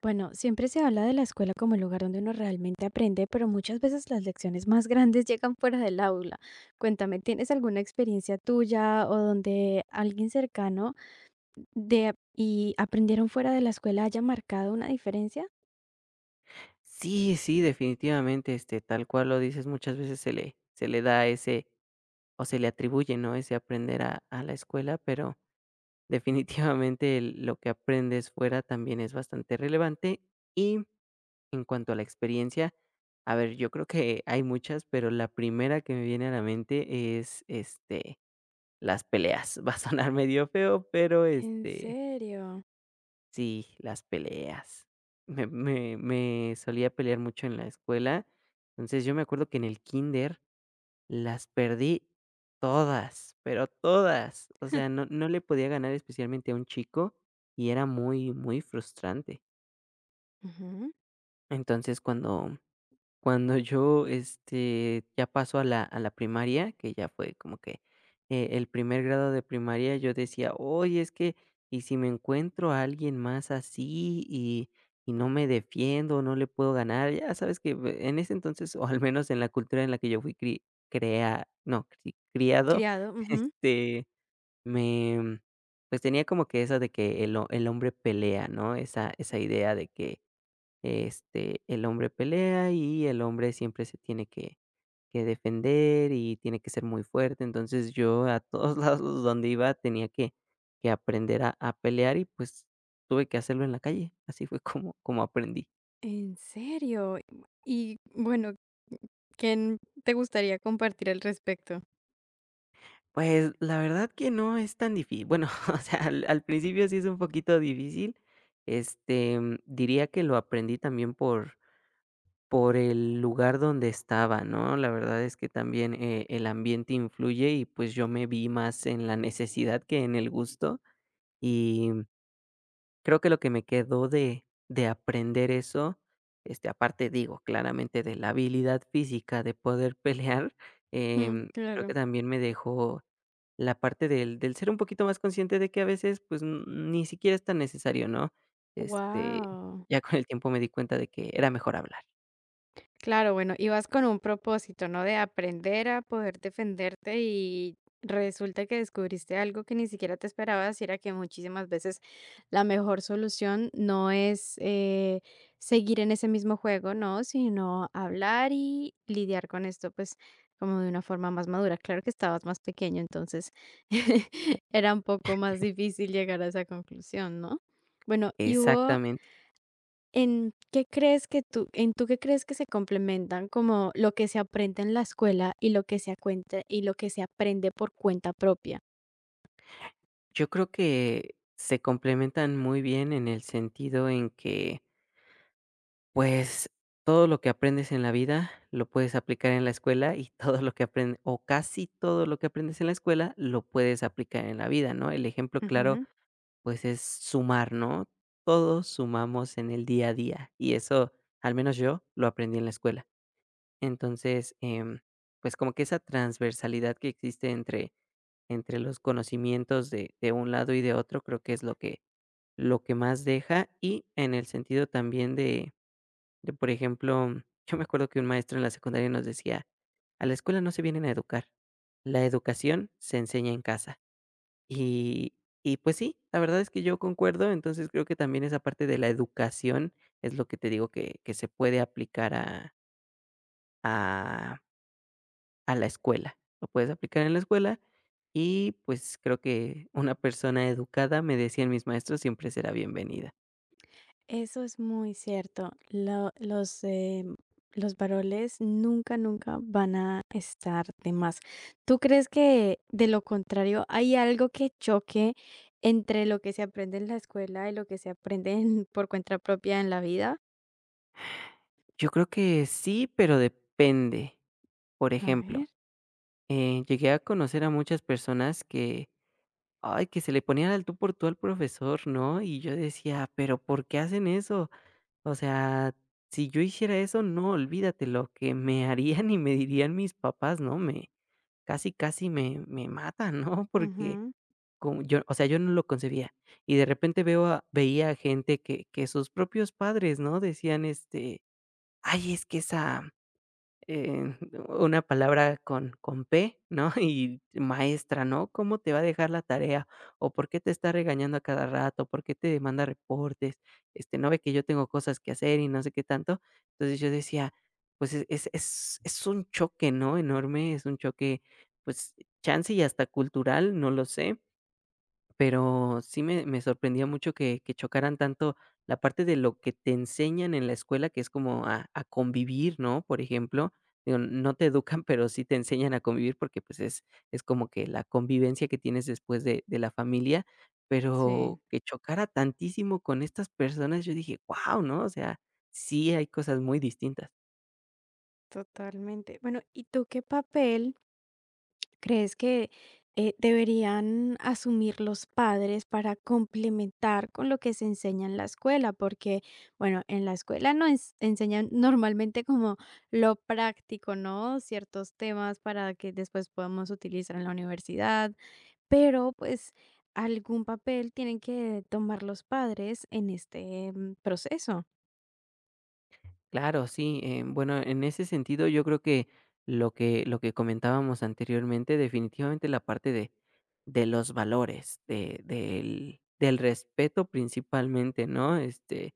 Bueno, siempre se habla de la escuela como el lugar donde uno realmente aprende, pero muchas veces las lecciones más grandes llegan fuera del aula. Cuéntame, ¿tienes alguna experiencia tuya o donde alguien cercano de y aprendieron fuera de la escuela haya marcado una diferencia? Sí, sí, definitivamente, tal cual lo dices, muchas veces se le da ese, o se le atribuye, ¿no? Ese aprender a la escuela, pero definitivamente lo que aprendes fuera también es bastante relevante. Y en cuanto a la experiencia, a ver, yo creo que hay muchas, pero la primera que me viene a la mente es, las peleas. Va a sonar medio feo, pero ¿En serio? sí, las peleas. Me solía pelear mucho en la escuela. Entonces, yo me acuerdo que en el kinder las perdí todas, pero todas. O sea, no no le podía ganar especialmente a un chico y era muy, muy frustrante. Ujú. Entonces, cuando yo, ya paso a la primaria, que ya fue como que, el primer grado de primaria, yo decía: "Oye, es que, ¿y si me encuentro a alguien más así y no me defiendo, no le puedo ganar?". Ya sabes que b en ese entonces, o al menos en la cultura en la que yo fui cri crea no, cri criado, Criado, ujú. este, me, pues, tenía como que esa de que el hombre pelea, ¿no? Esa idea de que el hombre pelea y el hombre siempre se tiene que defender y tiene que ser muy fuerte. Entonces, yo a todos lados donde iba tenía que aprender a pelear y, pues, tuve que hacerlo en la calle. Así fue como aprendí. ¿En serio? Y bueno, ¿quién te gustaría compartir al respecto? Pues, la verdad que no es tan difícil, bueno, o sea, al principio sí es un poquito difícil. Este, diría que lo aprendí también por el lugar donde estaba, ¿no? La verdad es que también, el ambiente influye y, pues, yo me vi más en la necesidad que en el gusto, y creo que lo que me quedó de aprender eso, aparte, digo, claramente de la habilidad física de poder pelear, Mm, creo que claro. también me dejó la parte del ser un poquito más consciente de que a veces, pues, n ni siquiera es tan necesario, ¿no? Este, Wow. ya con el tiempo me di cuenta de que era mejor hablar. Claro, bueno, ibas con un propósito, ¿no? De aprender a poder defenderte y resulta que descubriste algo que ni siquiera te esperabas y era que muchísimas veces la mejor solución no es, seguir en ese mismo juego, ¿no? Sino hablar y lidiar con esto, pues como de una forma más madura. Claro que estabas más pequeño, entonces era un poco más difícil llegar a esa conclusión, ¿no? Bueno, y hubo. Exactamente. ¿En qué crees que tú en tú qué crees que se complementan, como lo que se aprende en la escuela y lo que se acuente y lo que se aprende por cuenta propia? Yo creo que se complementan muy bien en el sentido en que, pues, todo lo que aprendes en la vida lo puedes aplicar en la escuela y todo lo que aprendes, o casi todo lo que aprendes en la escuela lo puedes aplicar en la vida, ¿no? El ejemplo claro, Ujú. pues, es sumar, ¿no? Todos sumamos en el día a día y eso, al menos yo, lo aprendí en la escuela. Entonces, pues, como que esa transversalidad que existe entre los conocimientos de un lado y de otro, creo que es lo que más deja y en el sentido también de, por ejemplo, yo me acuerdo que un maestro en la secundaria nos decía: "A la escuela no se vienen a educar, la educación se enseña en casa". Y y pues sí, la verdad es que yo concuerdo, entonces creo que también esa parte de la educación es lo que te digo que se puede aplicar a a la escuela. Lo puedes aplicar en la escuela y, pues, creo que una persona educada, me decían mis maestros, siempre será bienvenida. Eso es muy cierto. Los, los varoles nunca, nunca van a estar de más. ¿Tú crees que, de lo contrario, hay algo que choque entre lo que se aprende en la escuela y lo que se aprende por cuenta propia en la vida? Yo creo que sí, pero depende. Por A ejemplo, ver. Llegué a conocer a muchas personas que, ay, que se le ponían al tú por tú al profesor, ¿no? Y yo decía, pero ¿por qué hacen eso? O sea, si yo hiciera eso, no, olvídate lo que me harían y me dirían mis papás, ¿no? Me Casi, casi me matan, ¿no? Porque Ujú. como yo, o sea, yo no lo concebía. Y de repente veía gente que sus propios padres, ¿no? Decían, ay, es que esa Eh, una palabra con P, ¿no? Y maestra, ¿no? ¿Cómo te va a dejar la tarea? ¿O por qué te está regañando a cada rato? ¿Por qué te demanda reportes? ¿No ve que yo tengo cosas que hacer y no sé qué tanto? Entonces yo decía, pues es un choque, ¿no? Enorme, es un choque, pues, chance y hasta cultural, no lo sé. Pero sí me sorprendía mucho que chocaran tanto la parte de lo que te enseñan en la escuela, que es como a convivir, ¿no? Por ejemplo, digo, no te educan, pero sí te enseñan a convivir porque, pues, es como que la convivencia que tienes después de la familia, pero Sí, que chocara tantísimo con estas personas, yo dije: "Guau", ¿no? O sea, sí hay cosas muy distintas. totalmente. Bueno, ¿y tú qué papel? ¿Crees que deberían asumir los padres para complementar con lo que se enseña en la escuela? Porque, bueno, en la escuela no enseñan normalmente como lo práctico, ¿no? Ciertos temas para que después podamos utilizar en la universidad, pero pues algún papel tienen que tomar los padres en este proceso. Claro, sí. Bueno, en ese sentido, yo creo que lo que comentábamos anteriormente, definitivamente la parte de los valores, de, del respeto principalmente, ¿no?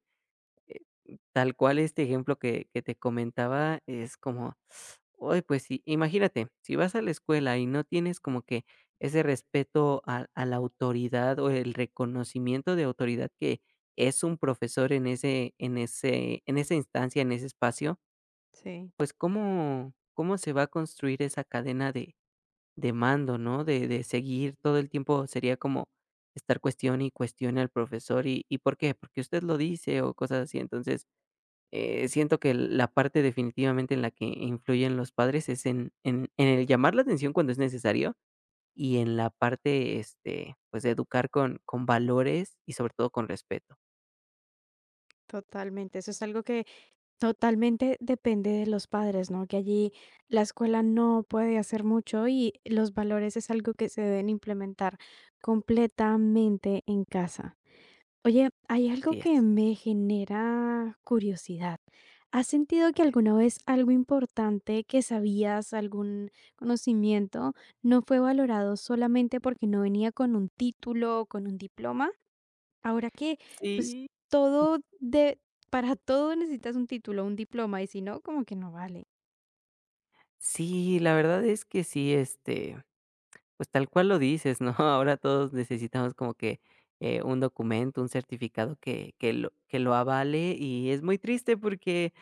Tal cual este ejemplo que te comentaba es como, oye, pues sí, imagínate, si vas a la escuela y no tienes como que ese respeto a la autoridad o el reconocimiento de autoridad que es un profesor en en esa instancia, en ese espacio, Sí, pues, cómo se va a construir esa cadena de mando, no? De seguir todo el tiempo sería como estar cuestione y cuestione al profesor, y por qué? Porque usted lo dice o cosas así. Entonces, siento que la parte definitivamente en la que influyen los padres es en el llamar la atención cuando es necesario y en la parte, pues, de educar con valores y sobre todo con respeto. totalmente. Eso es algo que. Totalmente depende de los padres, ¿no? Que allí la escuela no puede hacer mucho y los valores es algo que se deben implementar completamente en casa. Oye, hay algo Así que es. me genera curiosidad. ¿Has sentido que alguna vez algo importante que sabías, algún conocimiento, no fue valorado solamente porque no venía con un título o con un diploma? Ahora que, pues, Sí. todo de para todo necesitas un título, un diploma, y si no, como que no vale. Sí, la verdad es que sí, pues tal cual lo dices, ¿no? Ahora todos necesitamos como que, un documento, un certificado que lo avale, y es muy triste porque,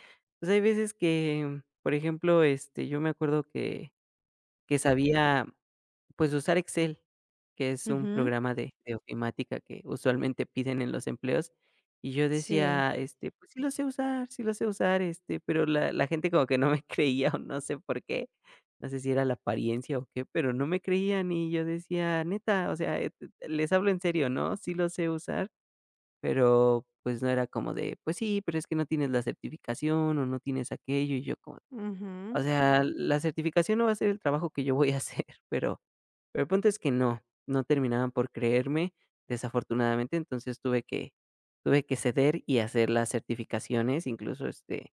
pues, hay veces que, por ejemplo, yo me acuerdo que sabía pues usar Excel, que es un Ujú, programa de ofimática que usualmente piden en los empleos, y yo sí. decía, pues sí lo sé usar, sí lo sé usar, pero la gente como que no me creía o no sé por qué, no sé si era la apariencia o qué, pero no me creían y yo decía, neta, o sea, les hablo en serio, ¿no? Sí lo sé usar, pero pues no era como de, pues sí, pero es que no tienes la certificación o no tienes aquello, y yo como, o Ujú. sea, la certificación no va a ser el trabajo que yo voy a hacer, pero el punto es que no, no terminaban por creerme, desafortunadamente, entonces tuve que ceder y hacer las certificaciones, incluso,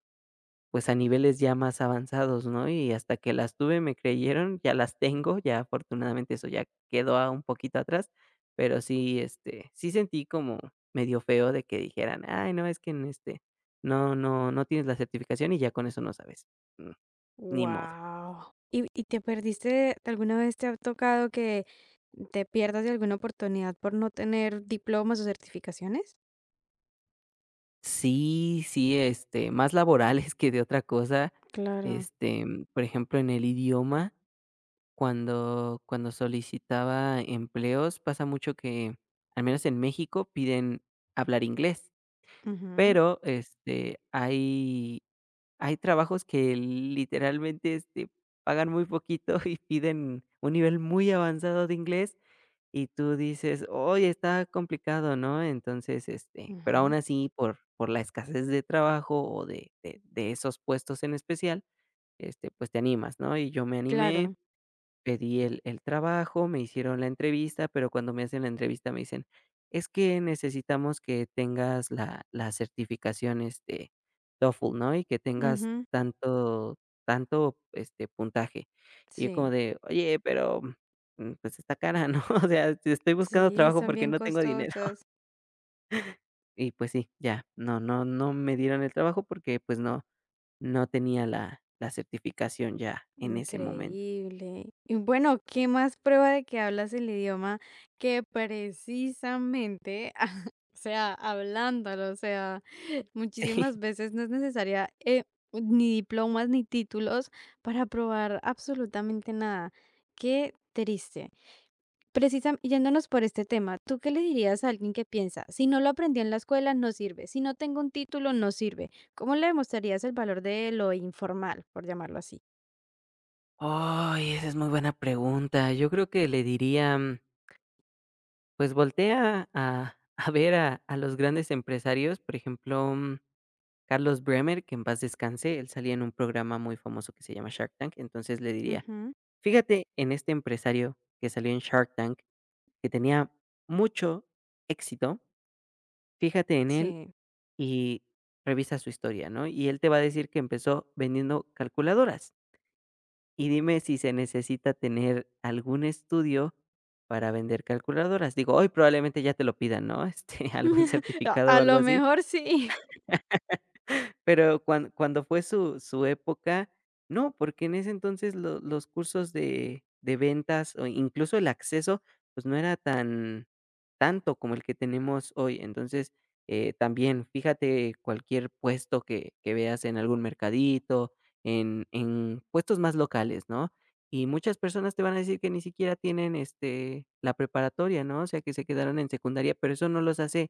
pues, a niveles ya más avanzados, ¿no? Y hasta que las tuve, me creyeron, ya las tengo, ya afortunadamente eso ya quedó a un poquito atrás, pero sí, sí sentí como medio feo de que dijeran: "Ay, no, es que, en no tienes la certificación y ya con eso no sabes". Mm, ni modo. Guau. ¿Y te perdiste alguna vez te ha tocado que te pierdas de alguna oportunidad por no tener diplomas o certificaciones? Sí, sí, más laborales que de otra cosa. Claro. Por ejemplo, en el idioma, cuando solicitaba empleos, pasa mucho que, al menos en México, piden hablar inglés, Ujú, pero, hay trabajos que literalmente, pagan muy poquito y piden un nivel muy avanzado de inglés, y tú dices: "Oye, está complicado", ¿no? Entonces, pero aún ujú. así, por la escasez de trabajo o de esos puestos en especial, pues, te animas, ¿no? Y yo me animé. Claro. Pedí el trabajo, me hicieron la entrevista, pero cuando me hacen la entrevista me dicen: "Es que necesitamos que tengas la certificación, TOEFL, ¿no? Y que tengas Ujú. Tanto, puntaje". Y yo como Sí, de: "Oye, pero, mm, pues está cara, ¿no? O sea, si estoy buscando sí, trabajo son porque bien no tengo dinero". costosas. Y pues sí, ya, no me dieron el trabajo porque, pues, no no tenía la certificación ya en ese momento. Increíble. Y bueno, ¿qué más prueba de que hablas el idioma que precisamente, o sea, hablándolo? O sea, muchísimas Sí. veces no es necesaria, ni diplomas ni títulos para probar absolutamente nada. Qué triste. Precisamente, yéndonos por este tema, ¿tú qué le dirías a alguien que piensa, si no lo aprendí en la escuela, no sirve, si no tengo un título, no sirve? ¿Cómo le demostrarías el valor de lo informal, por llamarlo así? Ay, esa es muy buena pregunta. Yo creo que le diría, mm, pues voltea a, a ver a los grandes empresarios, por ejemplo, mm, Carlos Bremer, que en paz descanse, él salía en un programa muy famoso que se llama Shark Tank, entonces le diría, Ujú. fíjate en este empresario que salió en Shark Tank, que tenía mucho éxito, fíjate en él Sí. y revisa su historia, ¿no? Y él te va a decir que empezó vendiendo calculadoras. Y dime si se necesita tener algún estudio para vender calculadoras. Digo, hoy probablemente ya te lo pidan, ¿no? Algún A certificado o a algo lo así, mejor sí. pero cuando fue su época, no, porque en ese entonces lo los cursos de ventas o incluso el acceso, pues, no era tan tanto como el que tenemos hoy. Entonces, también fíjate cualquier puesto que veas en algún mercadito, en puestos más locales, ¿no? Y muchas personas te van a decir que ni siquiera tienen, la preparatoria, ¿no? O sea, que se quedaron en secundaria, pero eso no los hace,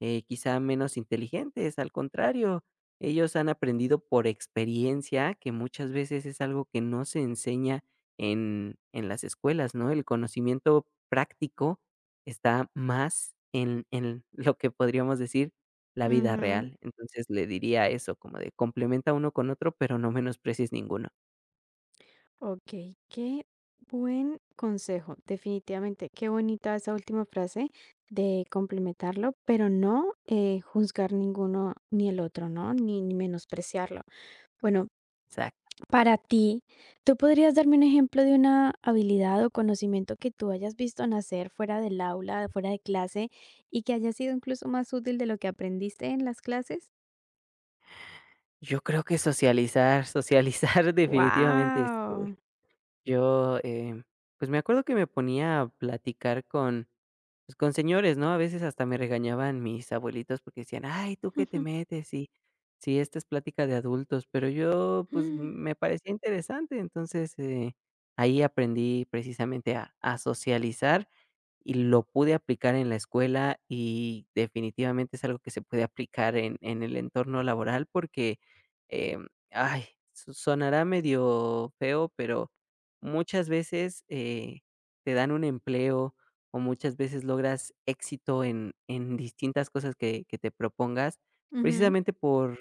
quizá menos inteligentes, al contrario. Ellos han aprendido por experiencia, que muchas veces es algo que no se enseña en las escuelas, ¿no? El conocimiento práctico está más en lo que podríamos decir, la vida Ujú. real. Entonces, le diría eso, como de complementa uno con otro, pero no menosprecies ninguno. Okey, qué buen consejo, definitivamente. Qué bonita esa última frase de complementarlo, pero no, juzgar ninguno ni el otro, ¿no? Ni menospreciarlo. Bueno. Exacto. Para ti, ¿tú podrías darme un ejemplo de una habilidad o conocimiento que tú hayas visto nacer fuera del aula, fuera de clase, y que haya sido incluso más útil de lo que aprendiste en las clases? Yo creo que socializar, socializar definitivamente, ¡Wow! yo, pues, me acuerdo que me ponía a platicar con, pues, con señores, ¿no? A veces hasta me regañaban mis abuelitos porque decían: "Ay, ¿tú qué te metes? Y si esta es plática de adultos". Pero yo, pues, me parecía interesante, entonces, ahí aprendí precisamente a socializar y lo pude aplicar en la escuela, y definitivamente es algo que se puede aplicar en el entorno laboral porque, em, ay, sonará medio feo, pero muchas veces, te dan un empleo o muchas veces logras éxito en distintas cosas que te propongas, precisamente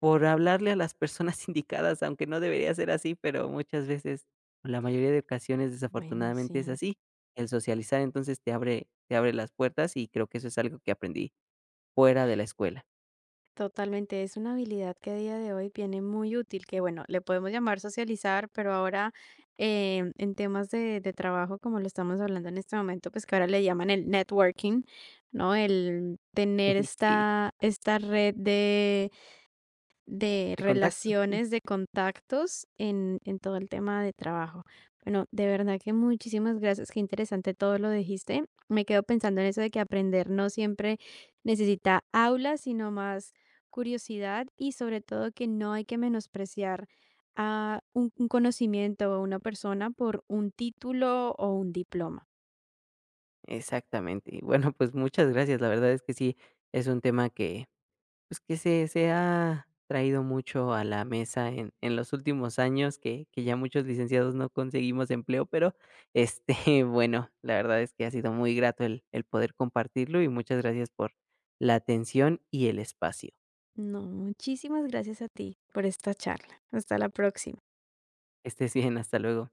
por hablarle a las personas indicadas, aunque no debería ser así, pero muchas veces, o la mayoría de ocasiones, Bueno, desafortunadamente es sí. así. El socializar, entonces, te abre las puertas y creo que eso es algo que aprendí fuera de la escuela. Totalmente, es una habilidad que a día de hoy viene muy útil, que bueno, le podemos llamar socializar, pero ahora, en temas de trabajo, como lo estamos hablando en este momento, pues que ahora le llaman el networking, ¿no? El tener Sí, esta red de de contactos, sí, relaciones, de contactos en todo el tema de trabajo. Bueno, de verdad que muchísimas gracias, qué interesante todo lo dijiste. Me quedo pensando en eso de que aprender no siempre necesita aulas, sino más curiosidad, y sobre todo que no hay que menospreciar a un conocimiento o a una persona por un título o un diploma. exactamente. Y bueno, pues, muchas gracias. La verdad es que sí, es un tema que pues que se ha traído mucho a la mesa en los últimos años que ya muchos licenciados no conseguimos empleo, pero, este, bueno, la verdad es que ha sido muy grato el poder compartirlo y muchas gracias por la atención y el espacio. No, muchísimas gracias a ti por esta charla. Hasta la próxima. Que estés bien, hasta luego.